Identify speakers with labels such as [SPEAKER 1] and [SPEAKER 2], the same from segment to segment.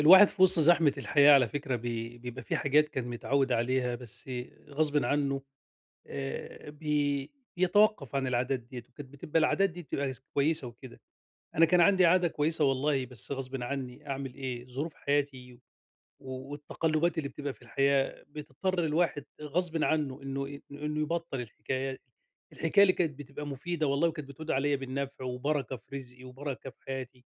[SPEAKER 1] الواحد في وسط زحمة الحياة على فكرة بيبقى في حاجات كان متعود عليها بس غصب عنه. آه، بيتوقف عن العادات ديت، وكانت بتبقى العادات دي بتبقى كويسة وكده. أنا كان عندي عادة كويسة والله، بس غصب عني أعمل إيه؟ ظروف حياتي والتقلبات اللي بتبقى في الحياة بتضطر الواحد غصب عنه إنه يبطل الحكايات، الحكاية اللي كانت بتبقى مفيدة والله، وكانت بتعود عليا بالنفع وبركة في رزقي وبركة في حياتي.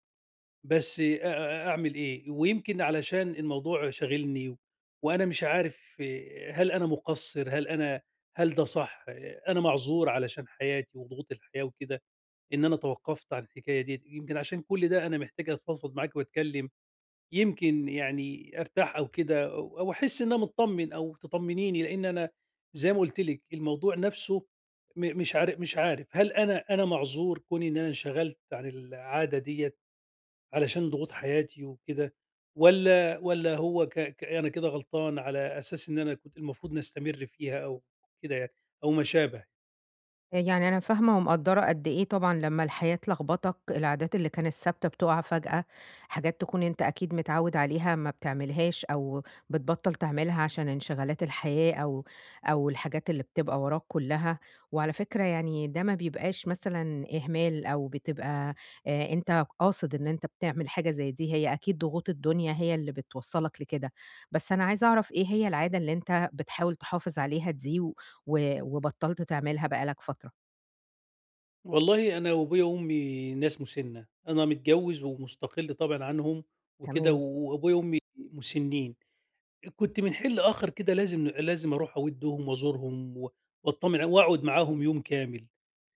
[SPEAKER 1] بس أ أ أعمل إيه؟ ويمكن علشان الموضوع شاغلني وأنا مش عارف إيه، هل أنا مُقصِّر، هل أنا هل ده صح؟ إيه، أنا معذور علشان حياتي وضغوط الحياة وكده، إن أنا توقّفت عن الحكاية ديّة. يمكن عشان كل ده أنا محتاج أتفضفض معاكِ وأتكلّم، يمكن يعني أرتاح أو كده أو أحس إن أنا متطمّن أو تطمّنيني، لإن أنا زي ما قُلت لِك الموضوع نَفْسه. م مش عار مش عارف هل أنا معذور كوني إن أنا انشغلت عن العادة ديّة علشان ضغوط حياتي وكده، والّا هو ك ك أنا كده غلطان على أساس إن أنا كنت المفروض نستمر فيها، أو كده يعني، أو ما شابه؟
[SPEAKER 2] يعني أنا فاهمة ومقدّرة قد إيه طبعًا لمّا الحياة تلخبطك، العادات اللي كانت ثابتة بتُقع فجأة، حاجات تكون أنت أكيد متعوّد عليها ما بتعملهاش أو بتبطّل تعملها عشان انشغالات الحياة أو الحاجات اللي بتبقى وراك كلّها، وعلى فكرة يعني ده ما بيبقاش مثلًا إهمال أو بتبقى أنت قاصد إن أنت بتعمل حاجة زي دي، هي أكيد ضغوط الدنيا هي اللي بتوصّلك لكده، بس أنا عايزة أعرف إيه هي العادة اللي أنت بتحاول تحافظ عليها دي؟ وبطّلت تعملها بقى لك فترة.
[SPEAKER 1] والله أنا وأبويا وأمي ناس مُسِنّة، أنا متجوّز ومُستقِل طبعًا عنهم وكده،
[SPEAKER 2] تمام،
[SPEAKER 1] وأبويا وأمي مُسِنّين. كنت من حين لآخر كده لازم أروح أودّهم وأزورهم و وأطّمن ع وأقعد معاهم يوم كامل.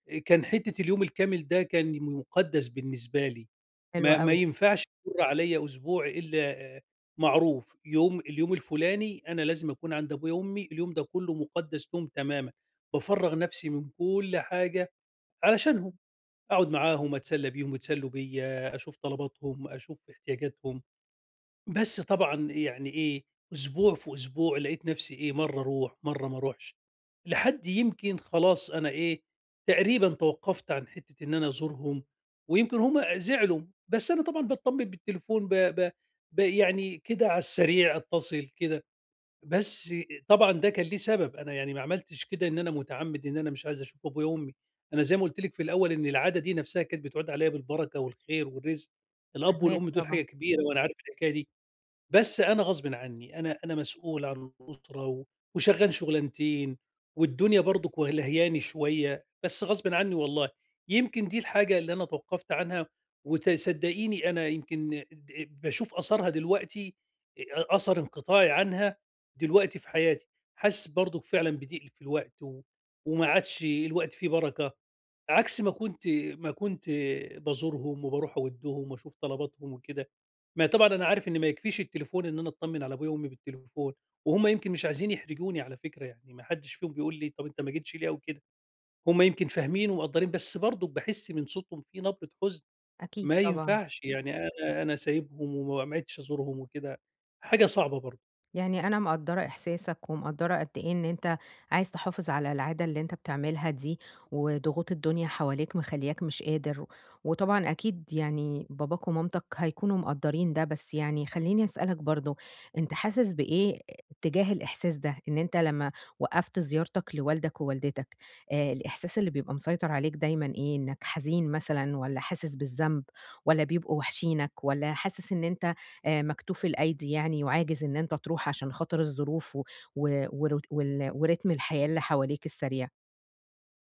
[SPEAKER 1] كان حتّة اليوم الكامل ده كان مُقدّس بالنسبة لي،
[SPEAKER 2] حلو
[SPEAKER 1] ما
[SPEAKER 2] أوي،
[SPEAKER 1] ينفعش يمُر عليَّ أسبوع إلا آه، معروف، اليوم الفُلاني أنا لازم أكون عند أبويا وأمي، اليوم ده كُلّه مُقدّس لهم تمامًا، بافرّغ نَفْسي من كل حاجة علشانهم، أقعد معاهم، أتسلّى بيهم، يتسلّوا بيّا، أشوف طلباتهم، أشوف احتياجاتهم. بس طبعًا يعني إيه، أسبوع في أسبوع لقيت نفسي إيه، مرّة أروح، مرّة ما أروحش، لحد يمكن خلاص أنا إيه، تقريبًا توقّفت عن حتّة إن أنا أزورهم، ويمكن هم زعلوا. بس أنا طبعًا باطمّن بالتليفون، ب ب ب يعني كده على السريع أتصل كده. بس طبعًا ده كان ليه سبب، أنا يعني ما عملتش كده إن أنا متعمّد إن أنا مش عايز أشوف أبويا وأمي، أنا زي ما قُلت لِك في الأول إن العادة دي نفسها كانت بتعود عليَّ بالبركة والخير والرزق، الأب
[SPEAKER 2] فاهماك
[SPEAKER 1] والأم دول حاجة
[SPEAKER 2] طبعًا،
[SPEAKER 1] كبيرة وأنا عارف الحكاية دي. بس أنا غصبٍ عنّي، أنا مسؤول عن الأسرة، و وشغّال شُغلانتين، والدنيا برضُك ولهياني شوية، بس غصبٍ عنّي والله. يمكن دي الحاجة اللي أنا توقّفت عنها، صدّقيني أنا يمكن باشوف آثارها دلوقتي، أثر انقطاعي عنها دلوقتي في حياتي، حاسس برضُك فعلًا بضِيق في الوقت، و وما عادش الوقت فيه بركة. عكس ما كنت، ما كنت بازورهم وباروح اودهم واشوف طلباتهم وكده. ما طبعًا أنا عارف إن ما يكفيش التليفون إن أنا أطمن على أبويا وأمي بالتليفون، وهُم يمكن مش عايزين يحرجوني على فكرة، يعني ما حدش فيهم بيقول لي طب أنت ما جيتش ليه أو كده، هُم يمكن فاهمين ومقدّرين، بس برضه باحس من صوتهم في نبرة حزن،
[SPEAKER 2] أكيد
[SPEAKER 1] ما
[SPEAKER 2] طبعًا.
[SPEAKER 1] ينفعش يعني أنا، سايبهم وما عدتش أزورهم وكده، حاجة صعبة برضه.
[SPEAKER 2] يعني أنا مقدّرة إحساسك، ومقدّرة قد إيه إن أنت عايز تحافظ على العادة اللي أنت بتعملها دي، وضغوط الدنيا حواليك مخلّياك مش قادر، وطبعًا أكيد يعني باباك ومامتك هيكونوا مقدّرين ده، بس يعني خلّيني أسألك برضه، أنت حاسس بإيه تجاه الإحساس ده؟ إن أنت لمّا وقّفت زيارتك لوالدك ووالدتك، الإحساس اللي بيبقى مسيطر عليك دايمًا إيه؟ إنك حزين مثلًا والّا حاسس بالذنب والّا بيبقوا واحشينك والّا حاسس إن أنت مكتوف الأيدي يعني وعاجز إن أنت تروح عشان خاطر الظروف و و ور وال ورتم الحياة اللي حواليك السريع.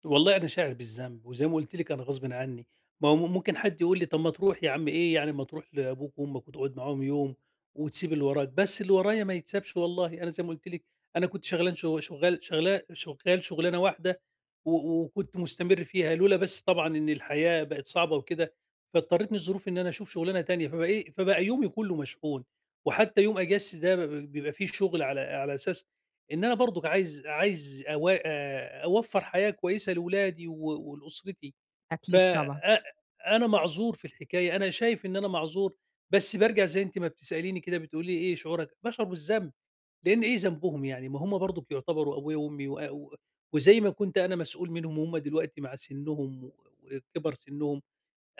[SPEAKER 1] والله أنا شاعر بالذنب، وزي ما قُلت لِك أنا غصبٍ عني، ما هو ممكن حد يقول لي: "طَب ما تروح يا عم، إيه يعني ما تروح لأبوك وأمك وتقعد معاهم يوم وتسيب اللي وراك؟" بس اللي ورايا ما يتسابش والله، أنا زي ما قُلت لِك أنا كنت شغلان شغ شغال شغلا شغال شغلانة واحدة و وكنت مستمر فيها، لولا بس طبعًا إن الحياة بقت صعبة وكده، فاضطرتني الظروف إن أنا أشوف شغلانة تانية، فبقى إيه، فبقى يومي كُلّه مشحون، وحتى يوم أجازتي ده ب ب بيبقى فيه شغل، على أساس إن أنا برضك عايز أو أوفّر حياة كويسة لولادي و ولأسرتي. ف
[SPEAKER 2] أكيد طبعًا،
[SPEAKER 1] أ أنا معذور في الحكاية، أنا شايف إن أنا معذور، بس بارجع زي أنتِ ما بتسأليني كده بتقولي لي إيه شعورك؟ باشعر بالذنب، لإن إيه ذنبهم يعني؟ ما هم برضك يعتبروا أبويا وأمي، و و وزي ما كنت أنا مسؤول منهم وهم دلوقتي مع سنّهم و وكِبَر سنّهم،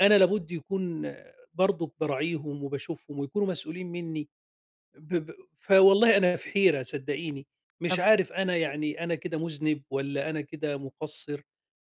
[SPEAKER 1] أنا لابد يكون برضك باراعيهم وباشوفهم ويكونوا مسؤولين منّي. ب ب فوالله أنا في حيرة صدّقيني، مش
[SPEAKER 2] طبعًا.
[SPEAKER 1] عارف أنا يعني أنا كده مذنب والّا أنا كده مُقصِّر،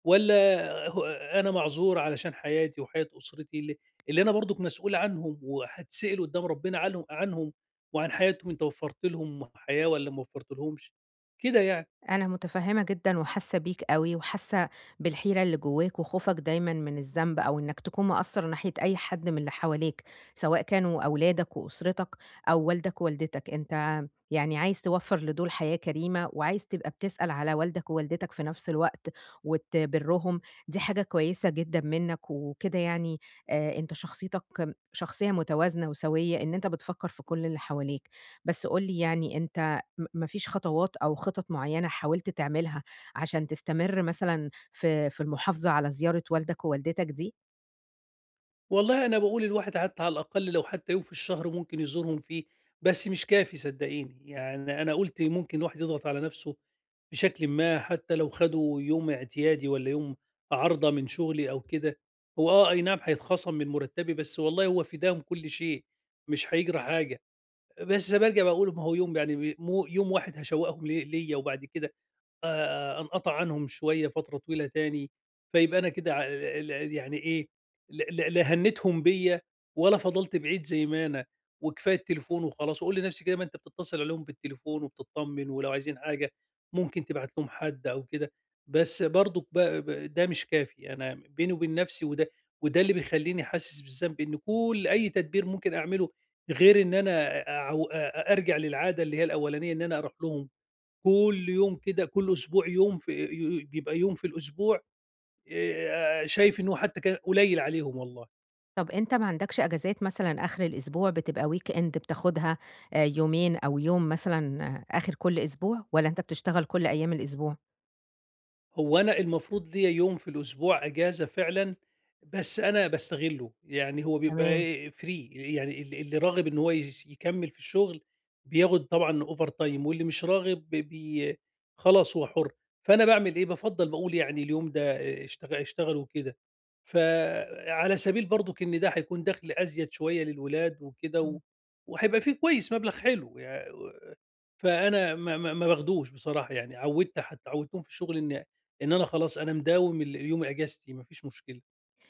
[SPEAKER 1] والّا هو أنا معذور علشان حياتي وحياة أسرتي اللي أنا برضُك مسؤول عنهم، وهاتسأل قُدّام ربنا عنهم وعن حياتهم، أنت وفّرت لهم حياة والّا ما وفّرتلهمش، كده يعني.
[SPEAKER 2] أنا متفهمة جدًا وحاسة بيك أوي، وحاسة بالحيرة اللي جواك وخوفك دايمًا من الذنب، أو إنك تكون مقصّر ناحية أي حد من اللي حواليك، سواء كانوا أولادك وأسرتك أو والدك ووالدتك. أنت يعني عايز توفّر لدول حياة كريمة، وعايز تبقى بتسأل على والدك ووالدتك في نفس الوقت، وتبرّهم، دي حاجة كويسة جدًا منك، وكده يعني أنت شخصيتك شخصية متوازنة وسوية، إن أنت بتفكّر في كل اللي حواليك. بس قُل لي يعني أنت ما فيش خطوات أو خطط معيّنة حاولت تعملها عشان تستمر مثلًا في المحافظة على زيارة والدك ووالدتك دي؟
[SPEAKER 1] والله أنا باقول الواحد حتى على الأقل لو حتى يوم في الشهر ممكن يزورهم فيه، بس مش كافي صدّقيني، يعني أنا قُلت ممكن الواحد يضغط على نَفْسه بشكلٍ ما حتى لو خدوا يوم اعتيادي والّا يوم عارضة من شغلي أو كده، هو آه، أي نعم هيتخصم من مرتّبي، بس والله هو فداهم كل شيء، مش هيجرى حاجة. بس بارجع باقول ما هو يوم يعني مو يوم واحد، هاشوّقهم ليه ليّا وبعد كده أنقطع عنهم شوية فترة طويلة تاني، فيبقى أنا كده يعني إيه، ل ل لا هنّتهم بيّا ولا فضلت بعيد زي ما أنا، وكفاية التليفون وخلاص، واقول لنفسي كده ما أنت بتتصل عليهم بالتليفون وبتطمن، ولو عايزين حاجة ممكن تبعت لهم حد أو كده. بس برضك ب ب ده مش كافي، أنا بيني وبين نفسي، وده اللي بيخلّيني حاسس بالذنب إن كل أي تدبير ممكن أعمله غير إن أنا أعو أ أرجع للعادة اللي هي الأولانية إن أنا أروح لهم كل يوم كده، كل أسبوع يوم في ي بيبقى يوم في الأسبوع، شايف إن هو حتى كان قليل عليهم والله.
[SPEAKER 2] طب أنت ما عندكش أجازات مثلًا آخر الأسبوع بتبقى weekend بتاخدها يومين أو يوم مثلًا آه، آخر كل أسبوع، والّا أنت بتشتغل كل أيام الأسبوع؟
[SPEAKER 1] هو أنا المفروض ليّا يوم في الأسبوع أجازة فعلًا، بس أنا باستغلّه، يعني هو بيبقى
[SPEAKER 2] تمام،
[SPEAKER 1] إيه free، يعني اللي راغب إن هو يكمّل في الشغل بياخد طبعًا overtime، واللي مش راغب خلاص هو حُر. فأنا باعمل إيه، بافضّل باقول يعني اليوم ده اشتغلوا كده، فعلى سبيل برضُك إن ده هيكون دخْل أزيد شوية للولاد وكده، و
[SPEAKER 2] إمم.
[SPEAKER 1] وهيبقى فيه كويس مبلغ حلو فأنا ما باخدوش بصراحة يعني، عوّدتهم في الشغل إن أنا خلاص أنا مداوم يوم إجازتي ما فيش مشكلة.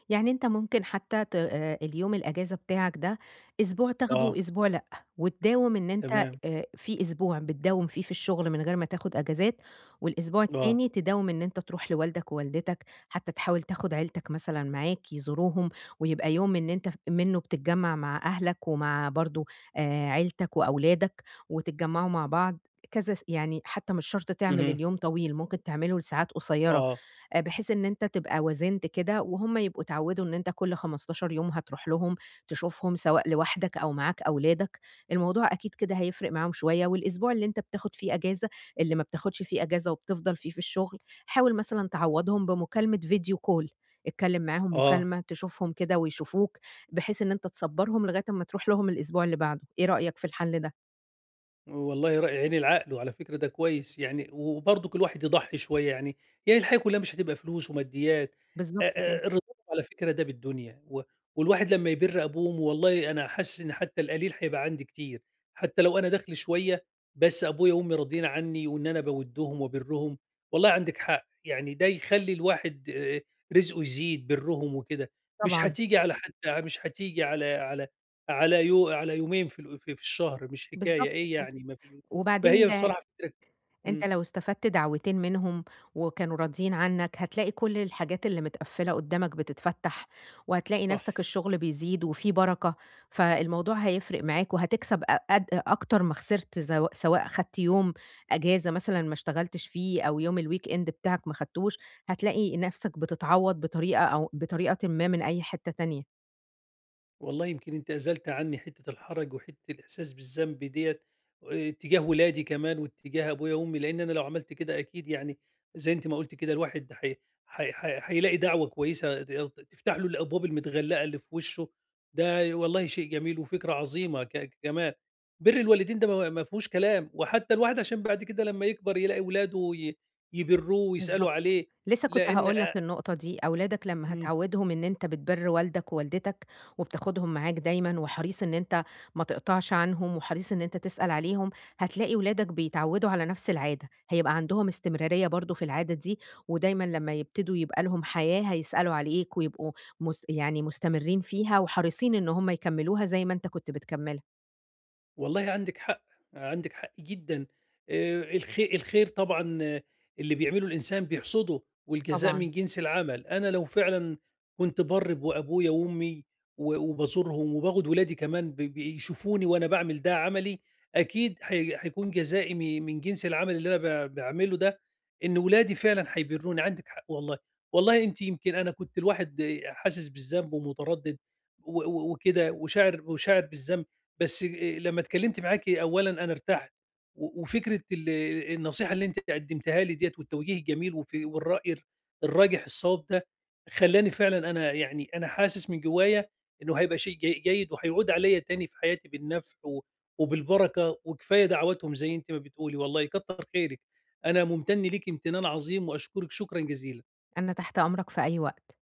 [SPEAKER 2] يعني أنت ممكن حتى ت اليوم الأجازة بتاعك ده أسبوع تاخده
[SPEAKER 1] آه،
[SPEAKER 2] وأسبوع لأ، وتداوم إن أنت
[SPEAKER 1] تمام،
[SPEAKER 2] في أسبوع بتداوم فيه في الشغل من غير ما تاخد أجازات، والأسبوع
[SPEAKER 1] آه،
[SPEAKER 2] التاني تداوم إن أنت تروح لوالدك ووالدتك، حتى تحاول تاخد عيلتك مثلًا معاك يزوروهم، ويبقى يوم إن أنت منه بتتجمّع مع أهلك ومع برضه عيلتك وأولادك وتتجمّعوا مع بعض، كذا س يعني حتى مش شرط تعمل
[SPEAKER 1] اهم،
[SPEAKER 2] اليوم طويل، ممكن تعمله لساعات قصيرة.
[SPEAKER 1] آه،
[SPEAKER 2] بحيث إن أنت تبقى وازنت كده، وهُم يبقوا اتعوّدوا إن أنت كل 15 يوم هتروح لهم تشوفهم، سواء لوحدك أو معاك أولادك، الموضوع أكيد كده هيفرق معاهم شوية، والأسبوع اللي أنت بتاخد فيه إجازة، اللي ما بتاخدش فيه إجازة وبتفضل فيه في الشغل، حاول مثلًا تعوّضهم بمكالمة video call، اتكلّم معاهم
[SPEAKER 1] آه.
[SPEAKER 2] مكالمة تشوفهم كده ويشوفوك، بحيث إن أنت تصبّرهم لغاية أمّا تروح لهم الأسبوع اللي بعده، إيه رأيك في الحل ده؟
[SPEAKER 1] والله ر عيني لعقله على فكرة ده كويس، يعني وبرضك الواحد يضحّي شوية يعني، هي الحياة كلّها مش هتبقى فلوس وماديات.
[SPEAKER 2] بالضبط
[SPEAKER 1] آآ
[SPEAKER 2] كده،
[SPEAKER 1] الرضا على فكرة ده بالدنيا، و والواحد لمّا يبِر أبوه وأمه والله أنا حاسس إن حتى القليل هيبقى عندي كتير، حتى لو أنا دخلي شوية، بس أبويا وأمي راضيين عني وإن أنا باوِدّهم وابِرّهم. والله عندِك حق، يعني ده يخلّي الواحد رزقه يزيد، بِرّهم وكده، مش
[SPEAKER 2] طبعًا،
[SPEAKER 1] هتيجي على حد، مش هتيجي على على يو على يومين في ال في في الشهر مش حكاية،
[SPEAKER 2] بالضبط
[SPEAKER 1] إيه
[SPEAKER 2] كده،
[SPEAKER 1] يعني ما فيش.
[SPEAKER 2] وبعدين ده
[SPEAKER 1] بصراحة فكرة،
[SPEAKER 2] أنت
[SPEAKER 1] إمم،
[SPEAKER 2] لو استفدت دعوتين منهم وكانوا راضيين عنك، هتلاقي كل الحاجات اللي متقفّلة قدّامك بتتفتح، وهتلاقي
[SPEAKER 1] صح.
[SPEAKER 2] نَفْسك الشغل بيزيد وفي بركة، فالموضوع هيفرق معاك وهتكسب أ أد أكتر ما خسرت سواء خدت يوم أجازة مثلًا ما اشتغلتش فيه أو يوم الweekend بتاعك ما خدتوش، هتلاقي نَفْسك بتتعوّض بطريقة أو بطريقةٍ ما من أي حتّة تانية.
[SPEAKER 1] والله يمكن أنت أزلت عني حتة الحرج وحتة الإحساس بالذنب ديّة، تجاه ولادي كمان واتجاه أبويا وأمي، لإن أنا لو عملت كده أكيد يعني زي أنتِ ما قُلتِ كده الواحد حي هيلاقي دعوة كويسة تفتح له الأبواب المتغلقة اللي في وشه، ده والله شيء جميل وفكرة عظيمة كمان. بِر الوالدين ده ما فيهوش كلام، وحتى الواحد عشان بعد كده لمّا يكبر يلاقي ولاده يبِرّوه ويسألوا
[SPEAKER 2] بالضبط،
[SPEAKER 1] عليه،
[SPEAKER 2] لسه كنت
[SPEAKER 1] لإن
[SPEAKER 2] هاقول
[SPEAKER 1] أ
[SPEAKER 2] لك النقطة دي، أولادك لمّا
[SPEAKER 1] إمم.
[SPEAKER 2] هتعوّدهم إن أنت بتبِر والدك ووالدتك، وبتاخدهم معاك دايمًا، وحريص إن أنت ما تقطعش عنهم، وحريص إن أنت تسأل عليهم، هتلاقي ولادك بيتعوّدوا على نفس العادة، هيبقى عندهم استمرارية برضه في العادة دي، ودايمًا لمّا يبتدوا يبقى لهم حياة هيسألوا عليك، ويبقوا يعني مستمرين فيها، وحريصين إن هُم يكمّلوها زي ما أنت كنت بتكمّلها.
[SPEAKER 1] والله عندِك حق، عندِك حق جدًا. الخير طبعًا آه، اللي بيعمله الإنسان بيحصده، والجزاء
[SPEAKER 2] طبعًا،
[SPEAKER 1] من جنس العمل. أنا لو فعلًا كنت بارّ بأبويا وأمي و وبازورهم، وباخد ولادي كمان بيشوفوني وأنا باعمل ده عملي، أكيد هيكون جزائي من جنس العمل اللي أنا باعمله ده، إن ولادي فعلًا هيبرّوني. عندِك حق والله. والله أنتِ يمكن أنا كنت الواحد آه، حاسس بالذنب ومتردد و و وكده، وشاعر بالذنب، بس لمّا اتكلمت معاكِ أولًا أنا ارتحت، و وفكرة ال النصيحة اللي أنتِ قدمتيها لي ديّة والتوجيه الجميل والرأي الراجح الصواب ده، خلّاني فعلًا أنا يعني أنا حاسس من جوايا إنه هيبقى شيء جيد وهيعود عليَّ تاني في حياتي بالنفع و وبالبركة، وكفاية دعواتهم زي أنتِ ما بتقولي والله. كتّر خيرِك، أنا ممتن ليكِ امتنان عظيم وأشكرِك شكرًا جزيلًا.
[SPEAKER 2] أنا تحت أمرك في أي وقت.